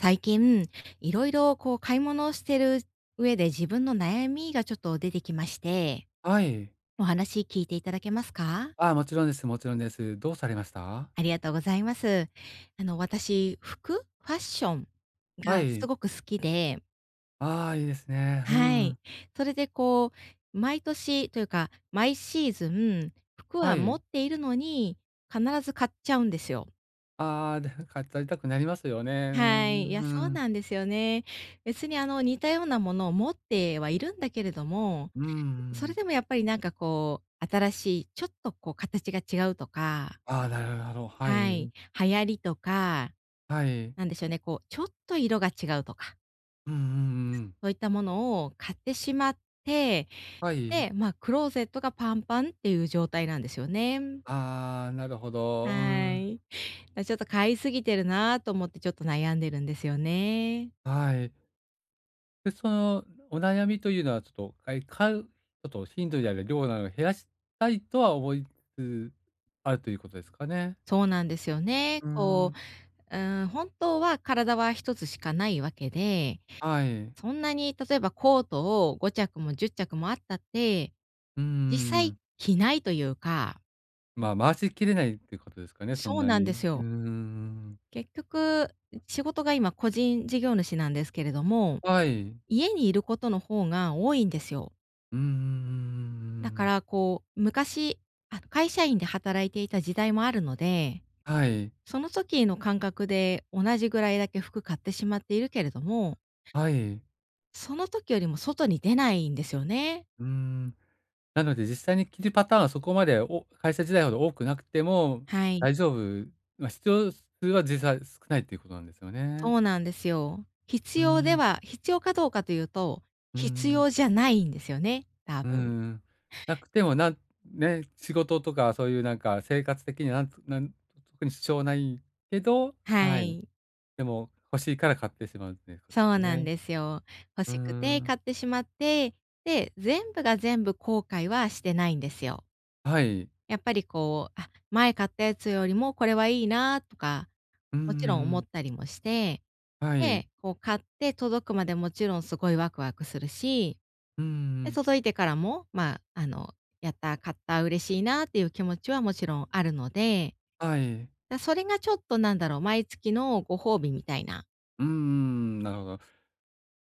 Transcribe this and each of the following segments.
最近、いろいろこう買い物をしてる上で自分の悩みがちょっと出てきまして、はい。お話聞いていただけますか？ああ、もちろんです、もちろんです。どうされました？ありがとうございます。あの、私、服、ファッションはがすい。ごく好きで、ああ、いいですね。うはん。い。それでこう、毎年というか、毎シーズン、服はは持っい。ているのに、必ず買っちゃうんですよ。ああ、で、語りたくなりますよね。うはんい。いうや、そんううん。なんですよね。別にあの、似たようなものを持ってはいるんだけれども、うんうそれん。でもやっぱりなんかこう、新しい、ちょっとこう形が違うとか、ああ、なるほどなるほど。ははい。い、流行りとか、はい。なんでしょうね、こう、ちょっと色が違うとか、うんうんうんうんそういったものを買ってしまって、で、まあ、クローゼットがパンパンっていう状態なんですよね。ああ、なるほど。うん。はいはいうんうんはうんはいああなるほどうんい。だからちょっと買いすぎてるなと思ってちょっと悩んでるんですよね。はい。で、そのお悩みというのはちょっと、かい買うちょっと頻度である量などを減らしたいとは思いつつ、あるということですかね？そうなんですよね。うこん。う、うん、本当は体は一つしかないわけで、はい。そんなに例えばコートを5着も10着もあったって、うんうん実う際ん。着ないというか、まあ、回しきれないっていうことですかね、そんそうななんでに。うすーよ。ん。結局、仕事が今個人事業主なんですけれども、はい。家にいることの方が多いんですよ。うんんだからこう、昔、会社員で働いていた時代もあるので、はい。その時の感覚で同じぐらいだけ服買ってしまっているけれども、はい。その時よりも外に出ないんですよね。うーん。なので実際に着るパターンはそこまで、お会社時代ほど多くなくてもはい。大丈夫、ま、必要数は実際少ないっていうことなんですよね。そうなんですよ。必うー要でん。は必要かどうかというと、うんう必んん。要じゃないんですよね、多うー分。ん。なくても、なんね、仕事とかそういうなんか生活的になんなん特に支障ないけどははい。い。でも欲しいから買ってしまうっていうことでそうすなんね。ですよ。欲うーしくてん、買ってしまって、で、全部が全部後悔はしてないんですよ。はい。やっぱりこう、あ、前買ったやつよりもこれはいいなとか、うーもちろん思ん、ったりもして、はい。で、こう買って届くまでもちろんすごいワクワクするし、うーで、ん、届いてからも、まあ、あの、やった、買った、嬉しいなっていう気持ちはもちろんあるので、はい。だ、それがちょっとなんだろう、毎月のご褒美みたいな。うーん、なるほど。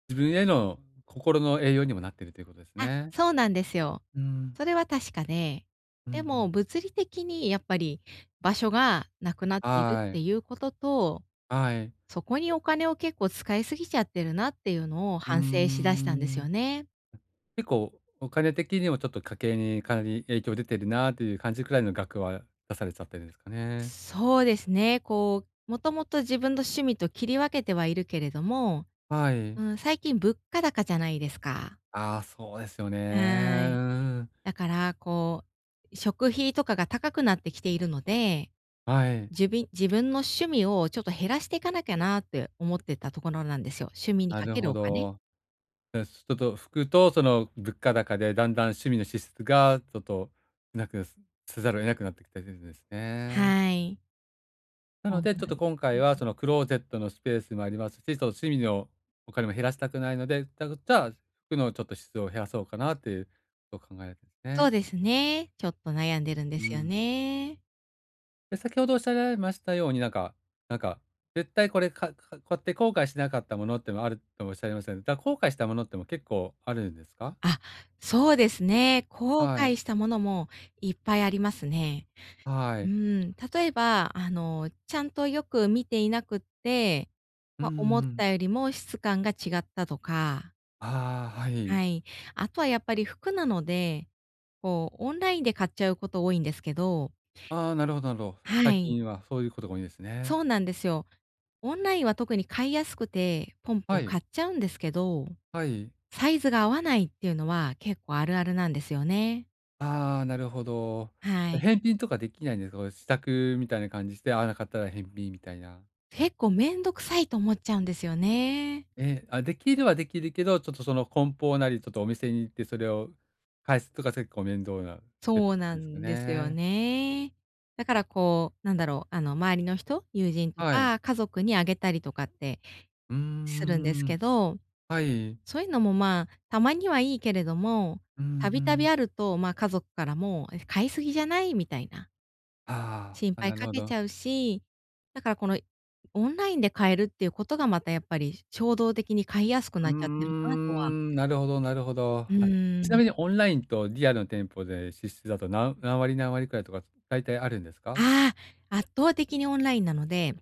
自分への心の栄養にもなっているということですあ、ね。そうなんですよ。うん、それは確かで、うんうでん。も物理的にやっぱり場所がなくなっているっはてい、いうことと、はい。そこにお金を結構使いすぎちゃってるなっていうのをうー反省しだしたんですよん。ね。結構お金的にもちょっと家計にかなり影響出てるなっていう感じくらいの額は出されちゃってるんですかね。そうですね、こう、もともと自分の趣味と切り分けてはいるけれども、はい。うん、最近物価高じゃないですか。ああ、そうですよね。はうい。ん。だから、こう、食費とかが高くなってきているので、はい。自分の趣味をちょっと減らしていかなきゃなって思ってたところなんですよ。趣味になかるけるほお金。ど。え、ちょっと服とその物価高でだんだん趣味の支出がちょっとなくせざるを得なくなってきてるんですね。はい。なそのうで、ちなょっんとです。今回はそのクローゼットのスペースもありますし、ちょっと趣味のお金も減らしたくないので、だじゃあ、服のちょっと質を減らそうかなっていうことを考えてですそうね。ですね。ちょっと悩んでるんでうすよん。ね。で、先ほどおっしゃられましたように、なんか、絶対これかか買って後悔しなかったものってもあるとおっしゃいましたね。だ、後悔したものっても結構あるんですか？あ、そうですね。後は悔い、したものもいっぱいありますね。はうい。ん、例えば、あの、ちゃんとよく見ていなくって、うんま、思っうんたよりも質感が違ったとか、ああ、はい。はい。あとはやっぱり服なので、こうオンラインで買っちゃうこと多いんですけど、ああ、なるほどなるほど。は最い、近はそういうことが多いんですね。そうなんですよ。オンラインは特に買いやすくて、ポンはポンい、買っちゃうんですけど、はい。サイズが合わないっていうのは結構あるあるなんですよね。ああ、なるほど。は返い。品とかできないんですか？こう試作みたいな感じして、合わなかったら返品みたいな。結構めんどくさいと思っちゃうんですよね。えあ、できるはできるけど、ちょっとその梱包なり、ちょっとお店に行ってそれを返すとか結構面倒なステップそっうてな感じですかんですよね。ね。だからこう、なんだろう、あの、周りの人、友人とはい。か家族にあげたりとかってうんするんんですけど、はい。そういうのも、まあ、たまにはいいけれども、うんうたびたびん。あると、まあ、家族からも「え、買いすぎじゃない？」みたいなあ心あ、あ、配なるかほけちど。ゃうし、だからこのオンラインで買えるっていうことがまたやっぱり衝動的に買いやすくうーなっちゃってるなとは、ん、なるほどなるほど。うはい。ーちなん。みにオンラインとリアルの店舗で支出だと、何何割何割くらいとか大体あるんですか？ああ、圧倒的にオンラインなので、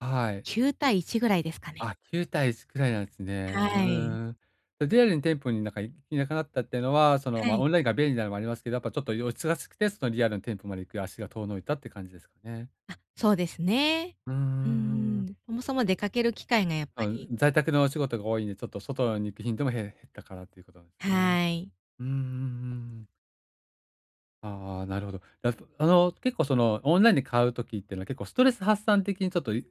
はい。9対1ぐらいですかね。あ、9対1くらいなんですはね。うい。ーん。で、リアルの店舗になんか行けなくなったっていうのは、その、はま、い。オンラインが便利なのもありますけど、やっぱちょっとお忙しくて、そのリアルの店舗まで行く足が遠のいたって感じですかね。あ、そうですね。うーうんん。ん。そもそも出かける機会がやっぱあ、り、在宅のお仕事が多いんで、ちょっと外に行く頻度もへ減ったからっていうことなんですね。はい。うんうんうんうん。ああ、なるほど。だあの、結構その、オンラインで買うときっていうのは結構ストレス発散的にちょっと、い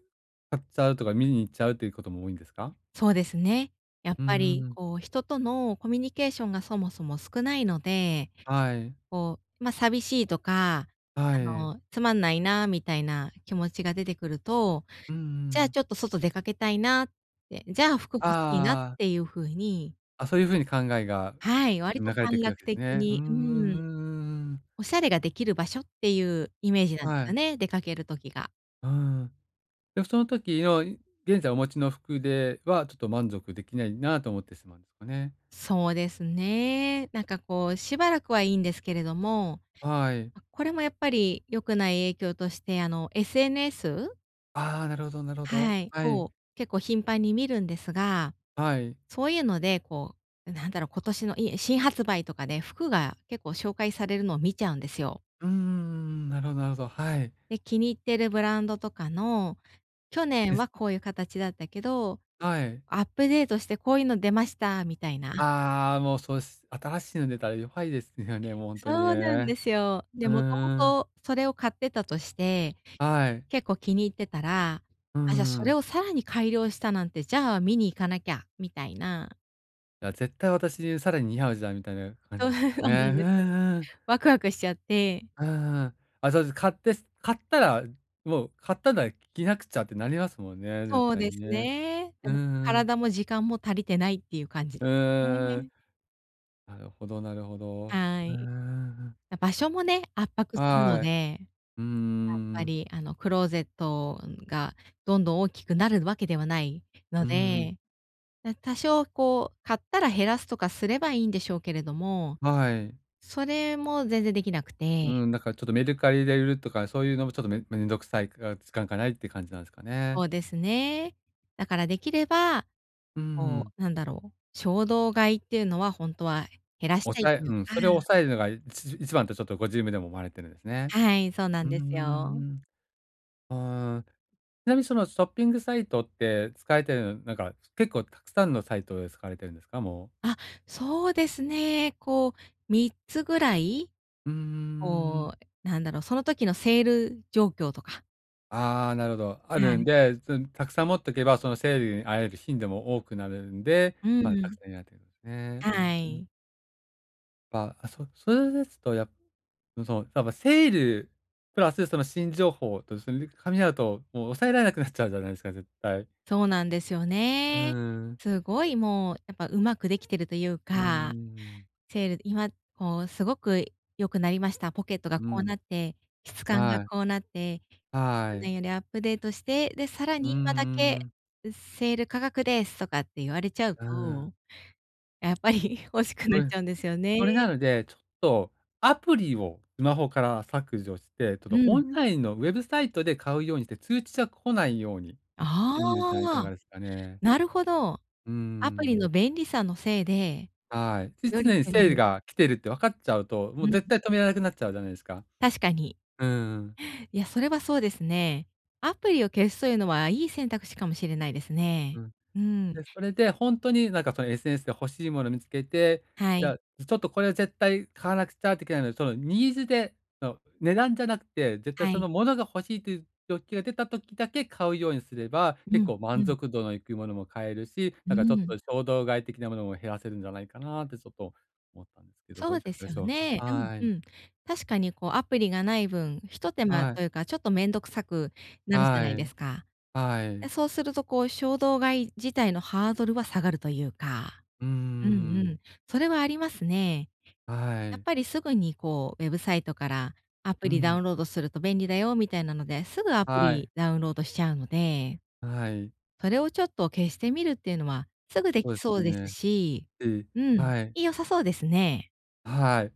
買っちゃうとか見に行っちゃうっていうことも多いんですか？そうですね。やっうぱんうりん。こう、人とのコミュニケーションがそもそも少ないので、はい。こう、ま、寂しいとか、はあい。の、つまんないなみたいな気持ちが出てくると、うんうじゃあん。ちょっと外出かけたいなって、じゃあ服あ欲しいなっていあ。う風に、あ、そういう風に考えがはい、割流とれ短ていく絡わけです的ね。うんに、ううんーうん、んうんうん。おしゃれができる場所っていうイメージなんではすよい。ね、出かける時が。うん。で、その時の、い現在お持ちの服では、ちょっと満足できないなと思ってしまうんですかね？そうですね。なんかこう、しばらくはいいんですけれども、はい。これもやっぱり良くない影響として、あの、SNS？ああ、なるほどなるほど。はい。はい。を結構頻繁に見るんですが、はい。そういうので、こう、なんだろう、今年の、新発売とかで服が結構紹介されるのを見ちゃうんですよ。うんうんうん。なるほどなるほど。はい。で、気に入ってるブランドとかの、去年です。はこういう形だったけど、はい。アップデートしてこういうの出ましたみたいな。ああ、もうそうです。新しいの出たら弱いですよね、もうほんとにそうなんね。ですよ。うで、もともーん。とそれを買ってたとして、はい。結構気に入ってたら、うんあ、じゃあうそれん。をさらに改良したなんて、じゃあ見に行かなきゃみたいな、いや、絶対私にさらに似合うじゃんみたいな感じそう で すそかうなね。んうですよ。んうん。ワクワクしちゃって。うんうん。あ、そうです。買って買ったら、もう買ったなら着なくちゃってなりますもんね、絶そう対でにすね。ね。でうんうもんう体も時間も足りてないっていう感じですーね。ん。なるほどなるほど。はうんうんい。うん場所もね、圧迫するのはい。で、やうーっぱん。りあのクローゼットがどんどん大きくなるわけではないのうんうん。で、な多少こう、買ったら減らすとかすればいいんでしょうけれども、はい。それも全然できなくて、うん、だからちょっとメルカリで売るとか、そういうのもちょっとめめんどくさいから、時間がないって感じなんですかね。そうですね。だからできれば、うこん。う、なんだろう、衝動買いっていうのはほんとは減らしたい抑とえいううん、か、それを抑えるのがいち一番とちょっとご自分でも思われてるんですね。はい、そうなうんーですよ。ん。あーちなみにそのショッピングサイトって使えてるの、なんか結構たくさんのサイトで使われてるんですか？もう。あ、そうですね。こう、3つぐらい、うーん。こう、なんだろう、その時のセール状況とか、ああ、なるほど。あはるんい。で、そのたくさん持っとけば、そのセールに会える頻度も多くなるんで、うんまあ、うたくん。さんやってるんですね。はうん。い。ぱ、あ、そそれですと、やっぱそう、多分セールプラスその新情報とそれで噛み合うと、もう抑えられなくなっちゃうじゃないですか、絶対。そうなんですようーね。ん。すごいもう、やっぱうまくできてるといううーか、ん。セール今こうすごく良くなりました。ポケットがうこうん。なって、質感がはい。こうなって、は去い。年よりアップデートして、で、さらうんにう今だんうけん。セール価格ですとかって言われちゃううーん。と、やっぱり 欲しくそなっれちゃうんですよね。それなので、ちょっとアプリをスマホから削除して、ちょっうとオん。ンラインのウェブサイトで買うようにして、通知が来ないようにしてみるってのはいかああ、がですかね。なるほど。うーアプリん。の便利さのせいで、はい。で、より常に手生理軽、が来てるって分かっちゃうと、もううん、絶対止められなくなっちゃうじゃないですか。確かに。うんうん。いや、それはそうですね。アプリを消すというのはいい選択肢かもしれないですね。うん。で、それでほんとになんかその SNS で欲しいもの見つけて、はじゃい。あ、ちょっとこれは絶対買わなくちゃいけないので、そのニーズで、その値段じゃなくて、絶対はそい。のものが欲しいという欲求が出た時だけ買うようにすれば、う結ん、構う満ん、足度のいくものも買えるし、うなんかちょっとん。衝動買い的なものも減らせるんじゃないかなってちょっと思ったんですけど、どそうういかでがすでよしょうか？ね。うん、はい。うん。確かにこうアプリがない分、ひと手間はい。というか、ちょっと面倒くさくなるじゃはないでい。すか。はで、い。そうするとこう衝動買い自体のハードルは下がるというか。うーうんうん、ん。それはありますね。はやっい。ぱりすぐにこうウェブサイトからアうプリダウん、ンロードすると便利だよみたいなので、すぐアプはい、リダウンロードしちゃうので、はい。それをちょっと消してみるっていうのはすぐでそきうでそすうですね。し、しうん、はい、良さそうですね。はい。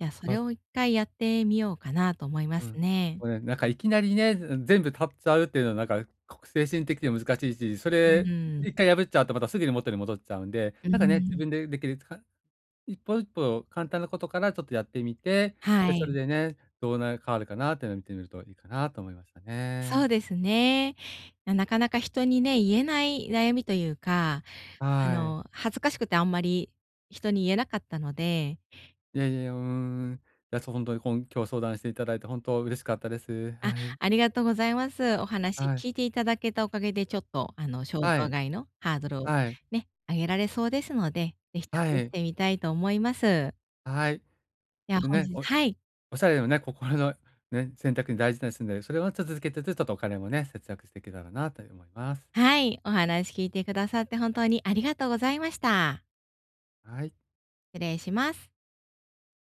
じゃあそま、れを一回やってみようかなと思いまうん。すね。もうね、なんかいきなりね、うん、全部買っちゃうっていうのはなんか、こく精神的にも難しいし、そうれん、一回破っちゃうとまたすぐに元に戻っちゃうんで、うなんかね、自ん、分でできる、か一歩一歩簡単なことからちょっとやってみて、はで、それい。でね、どうな変わるかなっていうのを見てみるといいかなと思いましたそうね。ですね。なかなか人にね、言えない悩みというか、あはい。の恥ずかしくてあんまり人に言えなかったので、いやいやいや、うーん。いや、そう、ほにこん今日相談していただいて本当嬉しかったです。あ、はい。ありがとうございます。お話はい。聞いていただけたおかげで、ちょっと、あの、衝は動い。買いのハードルをはい。ね、上げられそうですので、ぜひ試はしい。てみたいと思います。はい。ではで本ね、日おはい、おしゃれのね、心のね、選択に大事ですんで、それをちょっと続けてつ、ちょっとお金もね、節約していけたらなと思います。はい、お話聞いてくださって本当にありがとうございました。はい。失礼します。